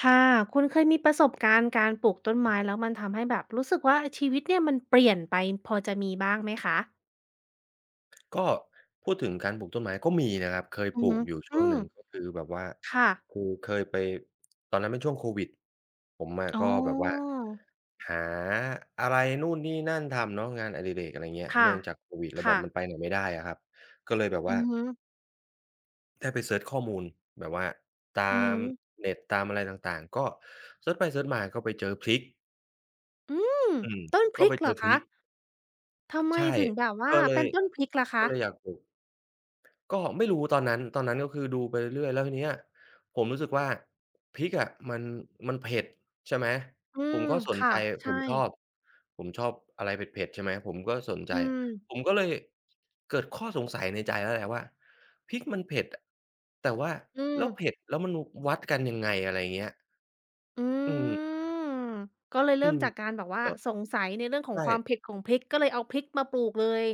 ค่ะคุณเคยมีประสบการณ์การปลูกต้นไม้แล้วมันทำให้แบบรู้สึกว่าชีวิตเนี่ยมันเปลี่ยนไปพอจะมีบ้างไหมคะก็พูดถึงการปลูกต้นไม้ก็มีนะครับเคยอืปอลูฮึกอยู่ช่วอืงหมนึ่งก็คือแบบว่าค่ะคือเคยไปตอนนั้นเป็นช่วงโควิดผมอะอ๋ก็แบบว่าอหาอะไรนู่นนี่นั่นทำเนาะงานอดิเรกอะไรเงี้ยค่ะเนื่องจากโควิดแล้วแบค่ะบมันไปไหนไม่ได้อะครับก็เลยแบบอืว่าอฮึได้ไปเซิร์ชข้อมูลแบบว่าอืตาอฮึมเน็ตตามอะไรต่างๆก็เซิร์ชไปเซิร์ชมาก็ไปเจอพริกอืมอืมต้นพก็ริไปกเหเจรออพริคะกทำไมใช่ถึงแบบว่าก็เลเป็ยนต้นพริกล่ะคะอยากปลูก ก็ไม่รู้ตอนนั้นก็คือดูไปเรื่อยแล้วทีเนี้ยผมรู้สึกว่าพริกอะมันมันเผ็ดใช่ไหมอืผมมก็สนใจค่ะผใช่มชอบผมชอบอะไรเผ็ดๆใช่ไหมผมก็สนใจอืมผมก็เลยเกิดข้อสงสัยในใจแล้วแหละว่าพริกมันเผ็ดอะแต่ว่าอืมแล้วเผ็ดแล้วมันวัดกันยังไงอะไรอย่างเงี้ยอือืมมก็เลยอืเริ่มมจากการแบบว่าก็สงสัยในเรื่องของใช่ ความเผ็ดของพริกก็เลยเอาพริกมาปลูกเลย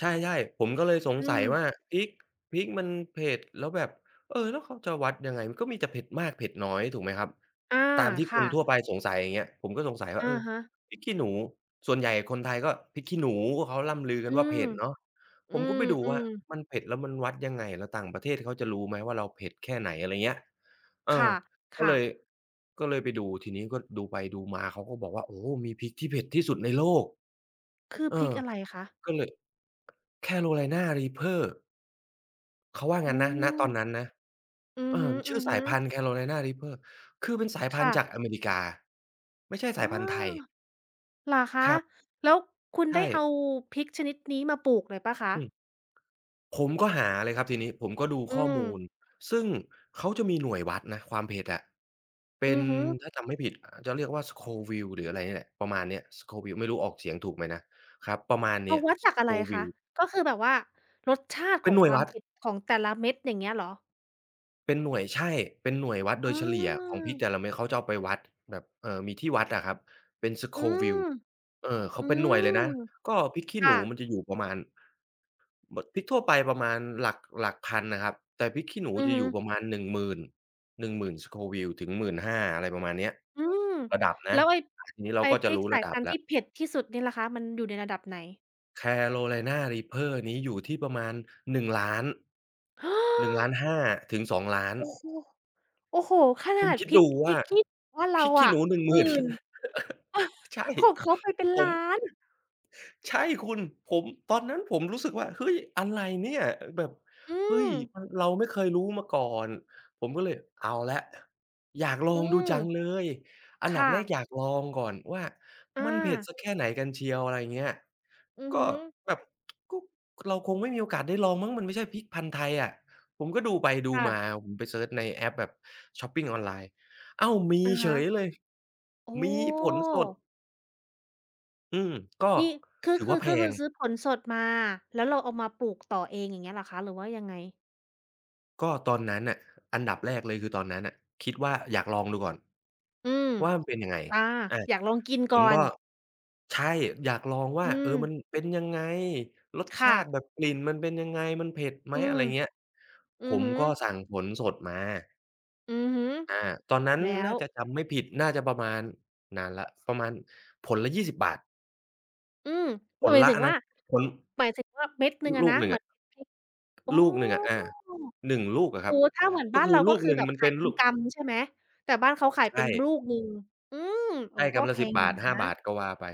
ใช่ๆผมก็เลยสงอืสัยมว่าพริกพริกมันเผ็ดแล้วแบบเออแล้วเขาจะวัดยังไงมันก็มีแต่เผ็ดมากเผ็ดน้อยถูกไหมครับอาตามที่คนค่ะ ทั่วไปสงสัยอย่างเงี้ยผมก็สงสัยว่าเออะอฮะพริกขี้หนูส่วนใหญ่คนไทยก็พริกขี้หนูเขาร่ำลือกัอืนว่ามเผ็ดเนาะอืผมก็มไปดูอืว่ามมันเผ็ดแล้วมันวัดยังไงแล้วต่างประเทศเขาจะรู้ไหมว่าเราเผ็ดแค่ไหนอะไรเงี้ยเออค่ะก็ค่ะเลยไปดูทีนี้ก็ดูไปดูมาเขาก็บอกว่าโอ้โฮมีพริกที่เผ็ดที่สุดในโลกคือเออพริกอะไรคะก็เลย Carolina Reaper เขาว่าอืงั้นนะณตอนมนั้นนะอือเอฮอชื่อสาึยพันธุ์ ๆ Carolina Reaper คือเป็นสายพันค่ะธุ์จากอเมริกาไม่ใช่สาอ้ยพันธุ์ไทยอเหรอคะ ครับแล้วคุณได้ใช่เอาพริกชนิดนี้มาปลูกเลยเปล่าคะ อืมผมก็หาเลยครับทีนี้ผมก็ดูอืข้อมมูลซึ่งเขาจะมีหน่วยวัดนะความเผ็ดอะเป็อืนอฮึถ้าจำไม่ผิดอาจะเรียกว่า Scoville หรืออะไรเนี่ยแหละประมาณเนี้ย Scoville ไม่รู้ออกเสียงถูกไหมนะครับประมาณเอาเนี้ย วัดจากอะไรคะ Scoville ก็คือแบบว่ารสชาติขเป็อนงหน่ควยวามวัด เผ็ดของแต่ละเม็ดอย่างเงี้ยเหรอเป็นหน่วยใช่เป็นหน่วยวัดโดอยเฉลี่ยของพริกแต่าละเม็ดเขาจะเอาไปวัดแบบมีที่วัดอะครับเป็น อื Scoville มเออเขาอืเป็นหน่วยเลยนะมก็พริกขี้หนูค่ะมันจะอยู่ประมาณบพริกทั่วไปประมาณหลักพันนะครับแต่พริกขี้หนูอือจะฮึอยู่ประมาณ10,000 Scoville ถึง1 5 0 0าอะไรประมาณเนี้ยอืมระดับแล้นะวไอ้อาทีนี้เราไอ้ก็พจะริกรู้สาระยดัพับนธุ์แล้ว ที่เผ็ดที่สุดนี่ล่ะคะมันอยู่ในระดับไหน Carolina Reaper นี้อยู่ที่ประมาณ1นงล้านโหนึ่งล5 0 0ห้าถึง2 0 0 0้าน อ้โฮโอ้โฮขคุนาณดคิดพริกดูพริว่ากที่บ้านพเราริกขี้อะหนูหนึ่งหหมื่น มื่น ใช่ของเขาไปเป็นผม ล้าน ใช่คุณผมตอนนั้นผมรู้สึกว่าเฮ้ยอะไรเนี่ยแบบอืเฮ้ยมมันเราไม่เคยรู้มาก่อนผมก็เลยเอาแล้วอยากลออืงดูมจังเลยอันดับค่ะแรกอยากลองก่อนว่าอามันเผ็ดสักแค่ไหนกันเชียวอะไรอย่างเงี้ยอือก็ฮึแบบก็เราคงไม่มีโอกาสได้ลองมั้งมันไม่ใช่พริกพันธุ์ไทยอะผมก็ดูไปดูค่ะมาผมไปเซิร์ชในแอปแบบช็อปปิงออนไลน์อ้าวมีอะเฉฮะยเลยโอมีผล้สดอืมก็นี่คือถือคือว่าแพก็คืง อซื้อผลสดมาแล้วเราเอามาปลูกต่อเองอย่างเงี้ยเหรอคะหรือว่ายังไง ก็ตอนนั้นน่ะอันดับแรกเลยคือตอนนั้นน่ะคิดว่าอยากลองดูก่อนอืมว่ามันเป็นยังไงอาอาอยากลองกินผก่มอก็นใช่อยากลองว่าอืเออมันมเป็นยังไงรสชาค่ะ ติแบบกลิ่นมันเป็นยังไงมันเผ็ดไหมอือะมไรเงี้ยอืผอมฮึก็สั่งผลสดมาอือฮึอาตอนนั้นแล้ว น่าจะจำไม่ผิดน่าจะประมาณนานแล้วประมาณผลละยี่สิบบาทอืมผลหมายละถึงว่านะผลหมายถึงว่าเม็ดหนึ่งอะลูกนะหนึ่งเหมือนอะพริกอ๋อลูกหนึ่งอะอาหนึ่งลูกอะคโอ้รับโฮถ้าเหมือนก็บ้านคือเราก็ลูกคืหอนึ่งแบบมันขาเป็ยนเป็นลูกกำใช่ไหมแต่บ้านเขาขายเป็นลูใช่ กหนึ่งอืมโอ้ใช่ก็กำละแพสิบงอบายู่ทห้านะบาทก็ว่าไป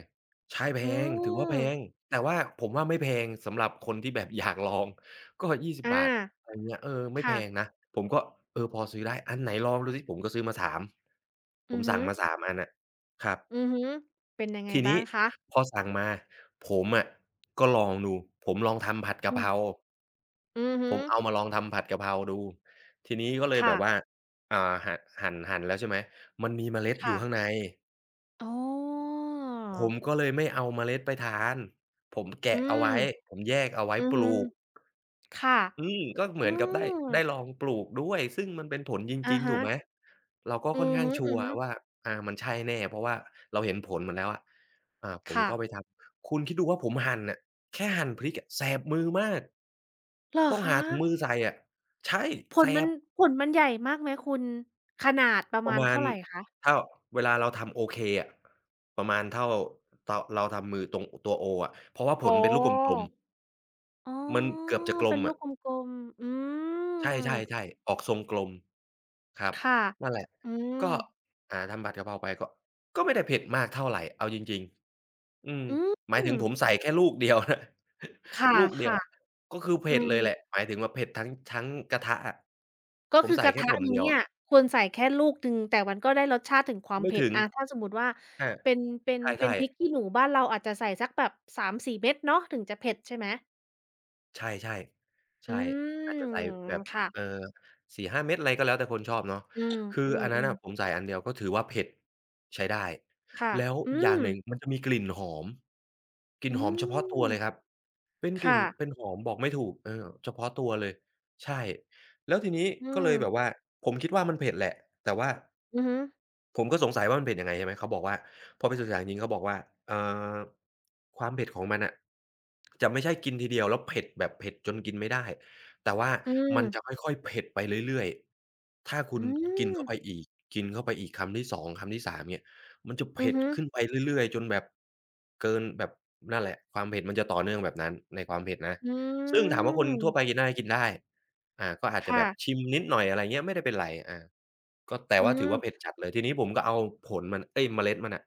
ใช่แพอืงถือว่าแพมงแต่ว่าผมว่าไม่แพงสำหรับคนที่แบบอยากลอง ก็ยี่สิบอา20อะไรเงี้ยเออไม่แพค่ะงนะผมก็เออพอซื้อได้อันไหนลองดูสิผมก็ซื้อมาสามผอืมอฮึสั่งมาสามอันน่ะครัอืบอฮึเป็นยังไงทีบ้านี้งคะพอสั่งมาผมอะก็ลองดูผมลองทำผัดกะอืเพมราอือผฮึมเอามาลองทำผัดกะเพราดูทีนี้ก็เลยแบค่ะบว่าอ่าหั่นแล้วใช่ไหมมันมีเมล็ดอยู่ค่ะข้างใน อ๋อผมก็เลยไม่เอาเมล็ดไปทาน ผมอืแกะเอามไว้ ผมแยกเอาไว้อือปฮึลูกค่ะอืมก็เหอืมือนกับได้มลองปลูกด้วย ซึ่งมันเป็นผลจอะริงๆถูฮะกไหมเราก็อืค่อนอข้าฮึงชัวร์ว่าอามันใช่แน่ เพราะว่าเราเห็นผลมันแล้วอะผๆมค่ะก็ไปทำ คุณคิดดูว่าผมหั่นน่ะแค่หั่นพริกอะแสบมือมาก เหรอต้องหาคะ ถุงมือใส่อะใช่ ผแสลมันบ ผลมันใหญ่มากไหมคุณขนาดประประมาณมาณเท่าไรคะเท่าเวลาเราทำโอเคอะประมาณเท่าเตาเราทำมือตรงตัวโออะเพราะว่าผอ๋อลเป็นลูกกลมอ๋อๆมันเกือบจะกลเป็นมลูอะกกลมๆอืใชม่ๆๆออกทรงกลมครับค่ะนั่นแหละอืมก็ทำผัดกะเพราไปก็ไม่ได้เผ็ดมากเท่าไรเอาจริงๆอืมอืมหมายถึงผมใส่แค่ลูกเดียว นะคลูกเดียว่ะก็คือๆอืเผ็ดเลมยแหละหมายถึงว่าเผ็ดทั้งกระทะอะก็ผมคือใส่กระแค่ทะผลหนึ่งเดียวเนี่อะยควรใส่แค่ลูกหนึ่งแต่มันก็ได้รสชาติถึงความไม่เผ็ดถึงอาถ้าสมมุติว่าอาเป็นเป็นใเป็นช่พริๆ กขี้หนูบ้านเราอาจจะใส่สักแบบ3-4เม็ดเนาะถึงจะเผ็ดใช่ไหมใช่ๆอืใช่อามจจะใส่แบบค่ะเอ่อ4-5เม็ดอะไรก็แล้วแต่คนชอบเนาะอืมคืออือันนั้นอน่ะผมใส่อันเดียวก็ถือว่าเผ็ดใช้ได้ๆค่ะแล้วอือีกอย่ามงหนึ่งมันจะมีกลิ่นหอมกลิ่นอืหอมเฉพาะตัมวเลยครับ เป็นกลิ่ค่ะ นเป็นหอมบอกไม่ถูกเออเฉพาะตัวเลยใช่แล้วทีนี้อืก็เลมยแบบว่าผมคิดว่ามันเผ็ดแหละแต่ว่าอือฮึผมก็สงสัยว่ามันเผ็ดยังไงใช่ไหมเขาบอกว่าพอไปศึกษาจริงๆเขาบอกว่าเอ่อความเผ็ดของมันน่ะจะไม่ใช่กินทีเดียวแล้วเผ็ดแบบเผ็ดจนกินไม่ได้แต่ว่าอืมันจะมค่อยๆเผ็ดไปเรื่อยๆถ้าคุอืณกินมเข้าไปอีกกินเข้าไปอีกคำที่สองคำที่สามเงี้ย มันจะอือเผ็ดฮึขึ้นไปเรื่อยๆจนแบบเกินแบบนั่นแหละความเผ็ดมันจะต่อเนื่องแบบนั้นในความเผ็ดนะอืซึ่งถามว่าคนทั่วไปมกินได้กินได้ก็อาจจะแบค่ะบชิมนิดหน่อยอะไรเงี้ยไม่ได้เป็นไรอาก็แต่อืว่าถือว่าเผ็ดมจัดเลยทีนี้ผมก็เอาผลมันเอ๊ยเมล็ดมันน่ะ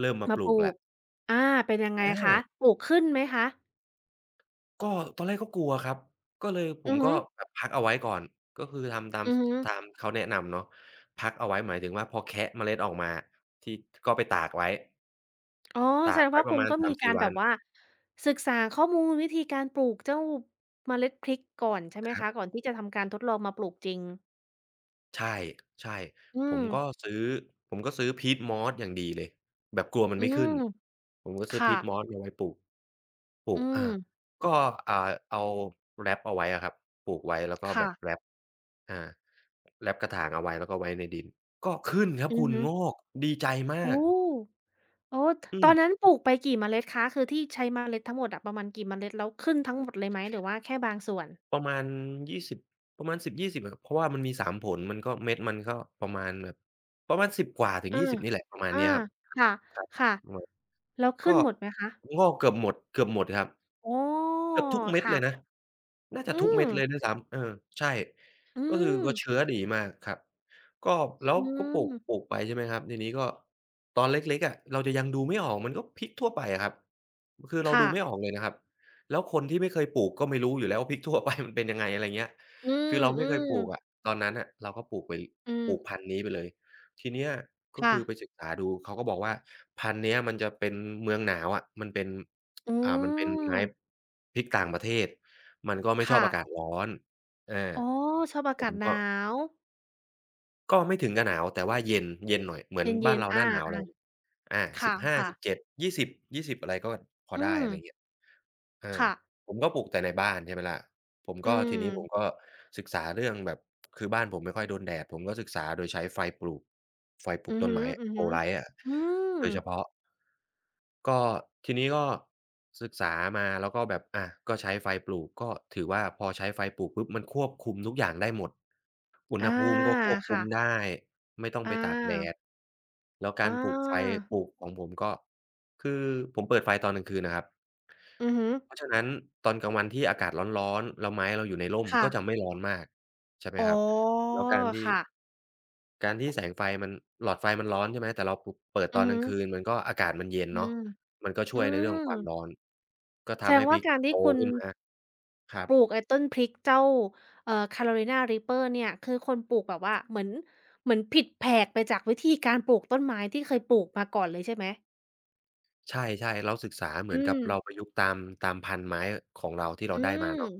เริ่มมามาปปลูกลูแล้กวอาเป็นยังไงอาคะ ปลูกขึ้นไหมคะ ก็ตอนแรกก็กลัวครับก็เลยผอืมอก็ฮึแบบพักเอาไว้ก่อนก็คือทำตามอือสฮึตามเขาแนะนำเนาะพักเอาไว้หมายถึงว่าพอแคะเมล็ดออกมาที่ก็ไปตากไว้อ๋อแสตาดกงไว้ว่าปคุระณมาณก็มี3่การแบวับนว่าศึกษาข้อมูลวิธีการปลูกเจ้าเมล็ดพริกก่อนใช่ไหคมคะรับ ก่อนที่จะทำการทดลองมาปลูกจริงใช่ใช่อืผมมก็ซื้อผมก็ซื้อ peat moss อย่างดีเลยแบบกลัวมันอืไม่ขึ้มนผมก็ซื้อ ค่ะ peat moss มาไว้ปลูกปลูอืกอาม ก็อ่าเอาแรปเอาไว้อะครับปลูกไว้แล้วก็แบค่ะ บแรปอาแรปกระถางเอาไว้แล้วก็ไว้ในดินก็ขึ้นครับอือคุณฮึงอกดีใจมาโอ้ กโอ้อืตอนนั้นมปลูกไปกี่เมล็ดคะคือที่ใช้เมล็ดทั้งหมดอะประมาณกี่เมล็ดแล้วขึ้นทั้งหมดเลยไหมหรือว่าแค่บางส่วนประมาณ20ประมาณ10-20อะเพราะว่ามันมี3ผลมันก็เม็ดมันก็ประมาณแบบประมาณ10กว่าถึงอา20นี่แหละประมาณอาเนี้ยครับค่ะครับค่ะประมาณ แล้วก็ขึ้นหมดไหมคะงอกเกือบหมดเกือบหมดครับ อ๋อเกือบทุกเม็ดเลยนะค่ะน่าจะอืทุกมเม็ดเลยด้วยซ้ำเออใช่อืก็คือมก็เชื้อดีมากครับก็แล้วอืก็ปลูกปมลูกไปใช่ไหมครับทีนี้ก็ตอนเล็กๆอะเราจะยังดูไม่ออกมันก็พริกทั่วไปอะครับคือเราค่ะดูไม่ออกเลยนะครับแล้วคนที่ไม่เคยปลูกก็ไม่รู้อยู่แล้วว่าพริกทั่วไป มันเป็นยังไงอะไรเงี้ยอืคือเราไม่เคยมปลูกอะๆตอนนั้นน่ะเราก็ปลูกไปอืมปลูกพันธุ์นี้ไปเลยทีเนี้ยก็ค่ะคือไปศึกษาดูเขาก็บอกว่าพันธุ์เนี้ยมันจะเป็นเมืองหนาวอะมันเป็น อืมันเป็นไม้มพริกต่างประเทศมันก็ไม่ชอบค่ะอากาศร้อนอาอ๋อชอบอาผกามศหก็นาวก็ไม่ถึงกับหนาวแต่ว่าเย็นเย็นหน่อยเหมือเนย็บ้านนเราๆหอาน้าหนาวอะไรงี้อา ๆค 15, ่ะๆ 17, 20, 20อะไรก็พออืได้มอะไรเงี้ยเออค่ะผมก็ปลูกแต่ในบ้านใช่ไหมล่ะผมอืก็ทีมนี้ผมก็ศึกษาเรื่องแบบคือบ้านผมไม่ค่อยโดนแดดผมก็ศึกษาโดยใช้ไฟปลูกไฟปลูอืกอต้ฮึนไม้อะโกลไลต์อะ ๆอืม โดยเฉพาะก็ทีนี้ก็ศึกษามาแล้วก็แบบอาก็ใช้ไฟปลูกก็ถือว่าพอใช้ไฟปลูกปุ๊บมันควบคุมทุกอย่างได้หมดอุณอาหภูมิก็ควบคุค่ะมได้ไม่ต้องไปอาตากแดดแล้วอการปลูกไฟาปลูกของผมก็คือผมเปิดไฟตอนกลางคืนนะครับอือฮึเพราะฉะนั้นตอนกลางวันที่อากาศร้อนๆแล้วไม้เราอยู่ในร่มค่ะก็จะไม่ร้อนมากใช่ไหมอ๋อครับแล้วการที่ ค่ะการที่แสงไฟมันหลอดไฟมันร้อนใช่ไหมแต่เราปเปิดอืตออนกฮึลางคืนมันก็อากาศมันเย็นอืเนาะมมันก็ช่อืวยในเรื่องของความมร้อนก็แสดทำงให้พว่าริกการโตที่คุณขึ้นมาครับปลูกไอ้ต้นพริกเจ้าCarolina Reaper เนี่ยคือคนปลูกแบบว่าเหมือนเหมือนผิดแผกไปจากวิธีการปลูกต้นไม้ที่เคยปลูกมาก่อนเลยใช่ไหมใช่ๆเราศึกษาเหมือือนกับมเราประยุกต์ตามตามพันธุ์ไม้ของเราที่เราอืได้มมาเนาะ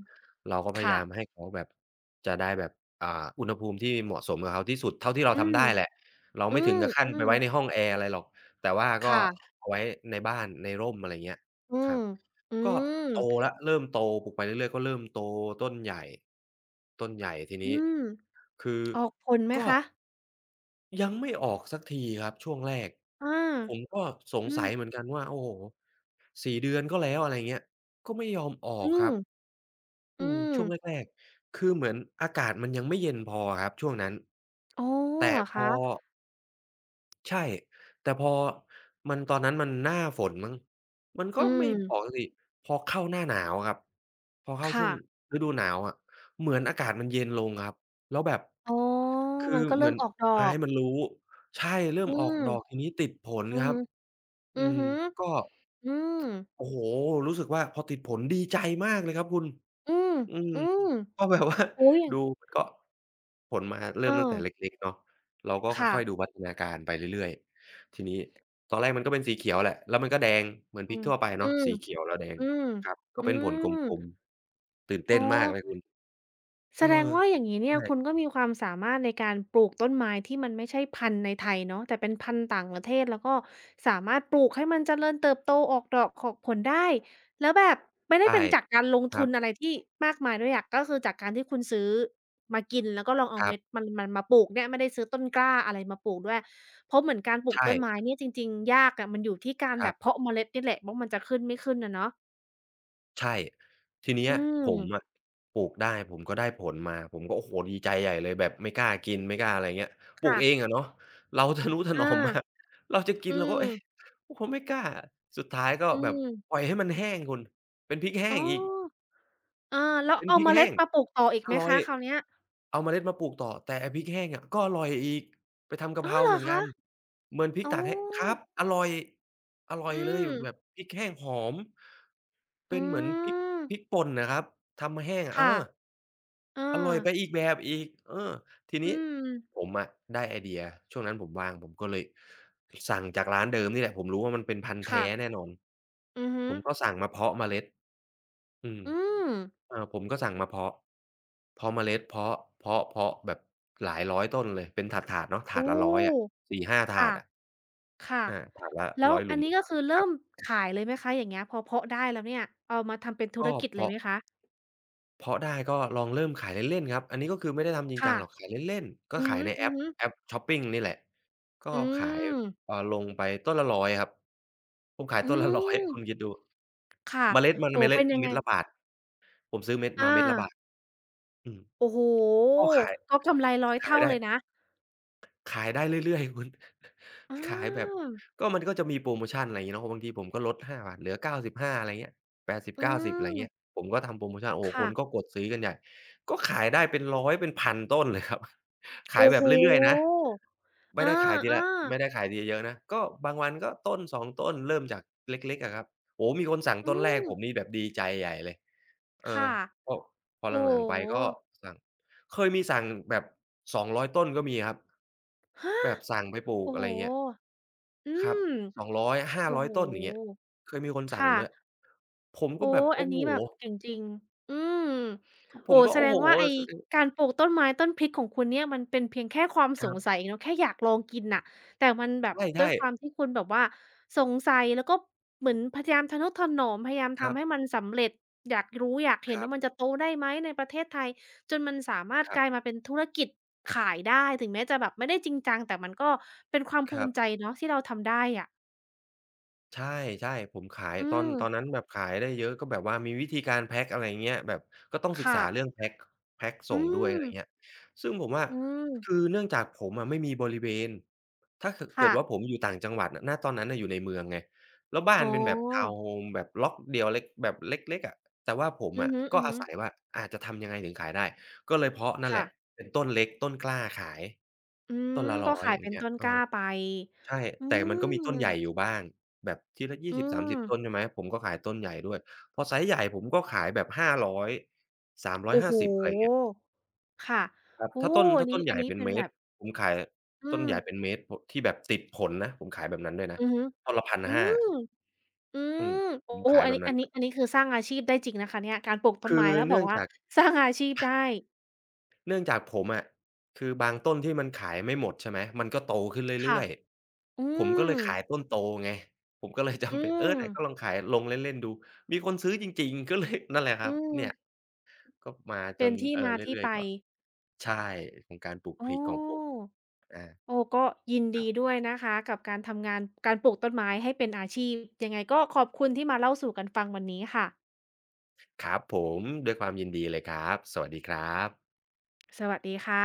เราก็พยาค่ะยามให้เขาแบบจะได้แบบอุณหภูมิที่เหมาะสมกับเขาที่สุดเท่าที่เราอืทำมได้แหละเราอืไม่ถึมงกับขั้อืนไปมไว้ในห้องแอร์อะไรหรอกแต่ว่าก็ค่ะเอาไว้ในบ้านในร่มอะไรเงี้ยอืครัมบ อืก็มโตแล้วเริ่มโตปลูกไปเรื่อยๆก็เริ่มโตต้นใหญ่ต้นใหญ่ทีอืนี้มคือออกผลไหมก็คะยังไม่ออกสักทีครับช่วงแรกผอามก็สงอืสัม ยเหมือนกันว่าโอ้โฮสี่เดือนก็แล้วอะไรเงี้ยก็ไม่ยอมอออืกคมรับอือืมมช่วงแรกๆคือเหมือนอากาศมันยังไม่เย็นพออะครับช่วงนั้นอ๋อแต่เหรอพคะอ ใช่แต่พอมันตอนนั้นมันหน้าฝนมั้งมันก็อืไม่มออกสิพอเข้าหน้าหนาวอะครับพอเข้าช่ค่ะวงฤดูหนาวอะเหมือนอากาศมันเย็นลงครับแล้วแบบอ๋อคืมัอนก็เหเริ่มืมอนออกดอไม้กมันรู้ใช่เริ่อืมออมกดอกทีนี้ติดผลอือครัฮึบอือือมฮึก็ อืมโอ้โฮรู้สึกว่าพอติดผลดีใจมากเลยครับคุณอืมอืม อื มก็แบบว่าโอ้โฮอย่างดูมันก็ผลมาเริ่มตั้งแต่เออเล็กๆเนาะเราก็ค่ะค่อยๆดูพัฒนาการไปเรื่อยๆทีนี้ตอนแรกมันก็เป็นสีเขียวแหละแล้วมันก็แดงเหมือนอืพริกมทั่วไปอืเนาะมสีเขียวแล้วแดงอืมครับก็อืเป็นผลกมลมๆตื่นอ๋เต้อ นมากเลยคุณแสเออดงว่าอย่างนี้เนี่ยคุณใช่ก็มีความสามารถในการปลูกต้นไม้ที่มันไม่ใช่พันธุ์ในไทยเนาะแต่เป็นพันธุ์ต่างประเทศแล้วก็สามารถปลูกให้มันเจริญเติบโตออกดอกออกผลได้แล้วแบบไม่ได้ใช่เป็นจากการลงครัทุนบอะไรที่มากมายด้วยอะก็คือจากการที่คุณซื้อมากินแล้วก็ลองเอาครัเม็ดบมันมันมาปลูกเนี่ยไม่ได้ซื้อต้นกล้าอะไรมาปลูกด้วยเพราะเหมือนการปลูกต้นไม้ใช่เนี่ยจริงๆยากอะมันอยู่ที่การคแบรับบ เพาะเมล็ดนี่แหละว่ามันจะขึ้นไม่ขึ้นนะเนาะใช่ทีเนี้อืยมผมอะปลูกได้ผมก็ได้ผลมาผมก็โอ้โฮดีใจใหญ่เลยแบบไม่กล้ากินไม่กล้าอะไรเงี้ยปลูกค่ะเองอะเนาะเราทะนุถอานอมมากเราจะกิอืนเราก็มเอ๊ะเราก็ไม่กล้าสุดท้ายก็อืแบบปม ล่อยให้มันแห้งคุณเป็นพริกแห้อ๋องอีก อาแล้วเป็นเอาพริเมกล็แห้ดงมาปลูกต่ออีกอไหมร่อยคะคราวเนี้ยเอาเมล็ดมาปลูกต่อแต่ไอ้พริกแห้งอะก็อร่อยอีกไปทำกะอ้อเพราเหรเหอมือนกัคะนเหมือนพริกอ๋อตากแห้งครับอร่อยอร่ออืยเลยมแบบพริกแห้งหอมเป็อืนเหมือนพริกมพริกป่นน่ะครับทำมาแห้งอะเอค่ะออร่เอาอยไปอีกแบบอีกเออทีอืนี้มผมอะได้ไอเดียช่วงนั้นผมว่างผมก็เลยสั่งจากร้านเดิมนี่แหละผมรู้ว่ามันเป็นพันธุ์ค่ะแท้แน่นอนอือฮึผมก็สั่งมาเพาะเมล็ด อืมอืมเออผมก็สั่งมาเพาะเพาะเมล็ดเพาะเพาะเพาะแบบหลายร้อยต้นเลยเป็นถาดๆเนาะถาโอ้ดละร้อยอะ4-5ถาค่ะดอะค่ะอาถาดละแล้ว100หอัลุนมนี้ก็คือคเริ่รับมขายเลยไหมคะอย่างเงี้ยพอเพาะได้แล้วเนี่ยเอามาทำเป็นธุรก็กิจเลยไหเพาะมคะเพาะได้ก็ลองเริ่มขายเล่นๆครับอันนี้ก็คือไม่ได้ทำจริงจัค่ะงหรอกขายเล่นๆก็อือขายฮึในๆอแอปฮึแอปช็อปปิงนี่แหละก็อืขายมลงไปต้นละ100ครับผมขายอืต้นละ100 คุณมคิดดูค่ะเมล็ดมันโอ้เมโฮล็เป็ดนยังไงเม็ดละบาทผมซื้อเม็ดมาอาเม็ดละบาทอืม โอ้โฮก็ขายก็กำไรร้อยขายเท่าได้เลยนะ ขายได้เรื่อยๆ คุณ อ ขายแบบาก็มันก็จะมีโพรโมชันอะไรอย่างงี้เนาะบางทีผมก็ลด5บาทเหลือ95อะไรเงี้ย8 0ิบอืเก้าสิบอะไรเงี้ยม ผมก็ทำโพรโมชันโอ้โฮคค่ะ นก็กดซื้อกันใหญ่ก็ขายได้เป็น100เป็น1ั0 0ต้นเลยครับ ขายโอ้แบโฮบเรื่อยๆนะไม่อได้ขายทีาละๆไม่ได้ขายทีละเยอะนะก็บางวันก็ต้น2ต้นเริ่มจากเล็กๆอะครับโอ้โฮมีคนสั่งอืต้นแรกม ผมนี่แบบดีใจใหญ่เลยเออค่ะ พอพอโอ้หลังๆไปโก็สั่ง เคยมีสั่งแบบ200ต้นก็มีครับฮฮะแบบสั่งไปปลูกโอ้อะโฮไรเงี้ยอืครับมโอ้200-500โต้นอย่างเงี้ยฮเคยมีคนสั่งค่ะ ด้วยผมโอ้ก็แบบอันโอ้นี้โฮแบบเจ๋งจริงอืมผโอ้มก็แสโอ้ดโฮ งว่าไอ้ การปลูกต้นไม้ต้นพริกของคุณเนี่ยมันเป็นเพียงแค่ความคสรังสับยเนาะแค่อยากลองกินน่ะแต่มันแบบด้วยใช่ความที่คุณแบบว่าสงสัยแล้วก็เหมือนพยายามทะนุถนอมพยายามๆครัทำบให้มันสำเร็จอยากรู้อยากเห็คนรัว่ามันบจะโตได้ไหมในประเทศไทยจนมันสามารถครักลายบมาเป็นธุรกิจขายได้ถึงแม้จะแบบไม่ได้จริงจังแต่มันก็เป็นความคภูรับ มิใจเนาะที่เราทำได้อะใช่ๆผมขายอืตอนมตอนนั้นแบบขายได้เยอะก็แบบว่ามีวิธีการแพ็กอะไรอย่างเงี้ยแบบก็ต้องศึกค่ะษาเรื่องแพ็กอืส่งด้วยอะมไรเงี้ยซึ่งผมอะอืมคือเนื่องจากผมอะไม่มีบริเวณถ้าขเกิค่ะ ดว่าผมอยู่ต่างจังหวัดน่ะณตอนนั้นน่ะอยู่ในเมืองไงแล้วบ้าอ๋นอเป็นแบบทาวน์โฮมแบบล็อกเดียวเล็กแบบเล็กๆอะแต่ว่าผมอืออะฮึก็อาศัยๆว่าอาจะทำยังไงถึงขายได้ก็เลยเพาะนั่นแหค่ะละเป็นต้นเล็กต้นกล้าขายอืต้มนละก็ร้อยขาอยย่างเป็นเงี้ยต้นเอกล้าอ ไปใช่อืแต่มันก็มีต้นใหญ่อมยู่บ้างแบบทีละยี่อืสิบสามส3 ม0ต้นใช่ไหมผมก็ขายต้นใหญ่ด้วยพอไซซ์ใหญ่ผมก็ขายแบบ500 350อยสามร้อยโอ้โฮห้าสิบอะไรเงี้ยค่ะครับโอ้ถ้าต้นอันถ้านี้ต้นใหอันญ่นี้เป็นเป็นเมแบตรบผมขายอืต้นมใหญ่เป็นเมตรพที่แบบติดผลนะผมขายแบบนั้นด้วยนะอือฮึต้นละอื1,500มอือืมมโอ้ผมขายอันแบบนี้อันั้นนนี้อันนี้คือสร้างอาชีพได้จริงนะคะเนี่ย การปลูกต้นคืไม้อแล้วแบเนื่บองว่าจาก สร้างอาชีพได้เนื่องจากผมอะคือบางต้นที่มันขายไม่หมดใช่ไหมมันก็โตขึ้นค่ะเรื่อยอืๆผมก็มเลยขายต้นโตไงผมก็เลย จำอืเป็นเออมไหนก็ลองขายลงเล่นๆดูมีคนซื้อจริงๆก็เลย นั่นแหละคอืรับมเนี่ยก็มาจเป็นนที่มาที่เรื่อยไปๆก็ใช่ของการปลูกพโอ้ ริกของผมอาโอ้ก็ยินคดีรับด้วยนะคะกับการทำงานการปลูกต้นไม้ให้เป็นอาชีพยังไงก็ขอบคุณที่มาเล่าสู่กันฟังวันนี้ค่ะครับผมด้วยความยินดีเลยครับสวัสดีครับสวัสดีค่ะ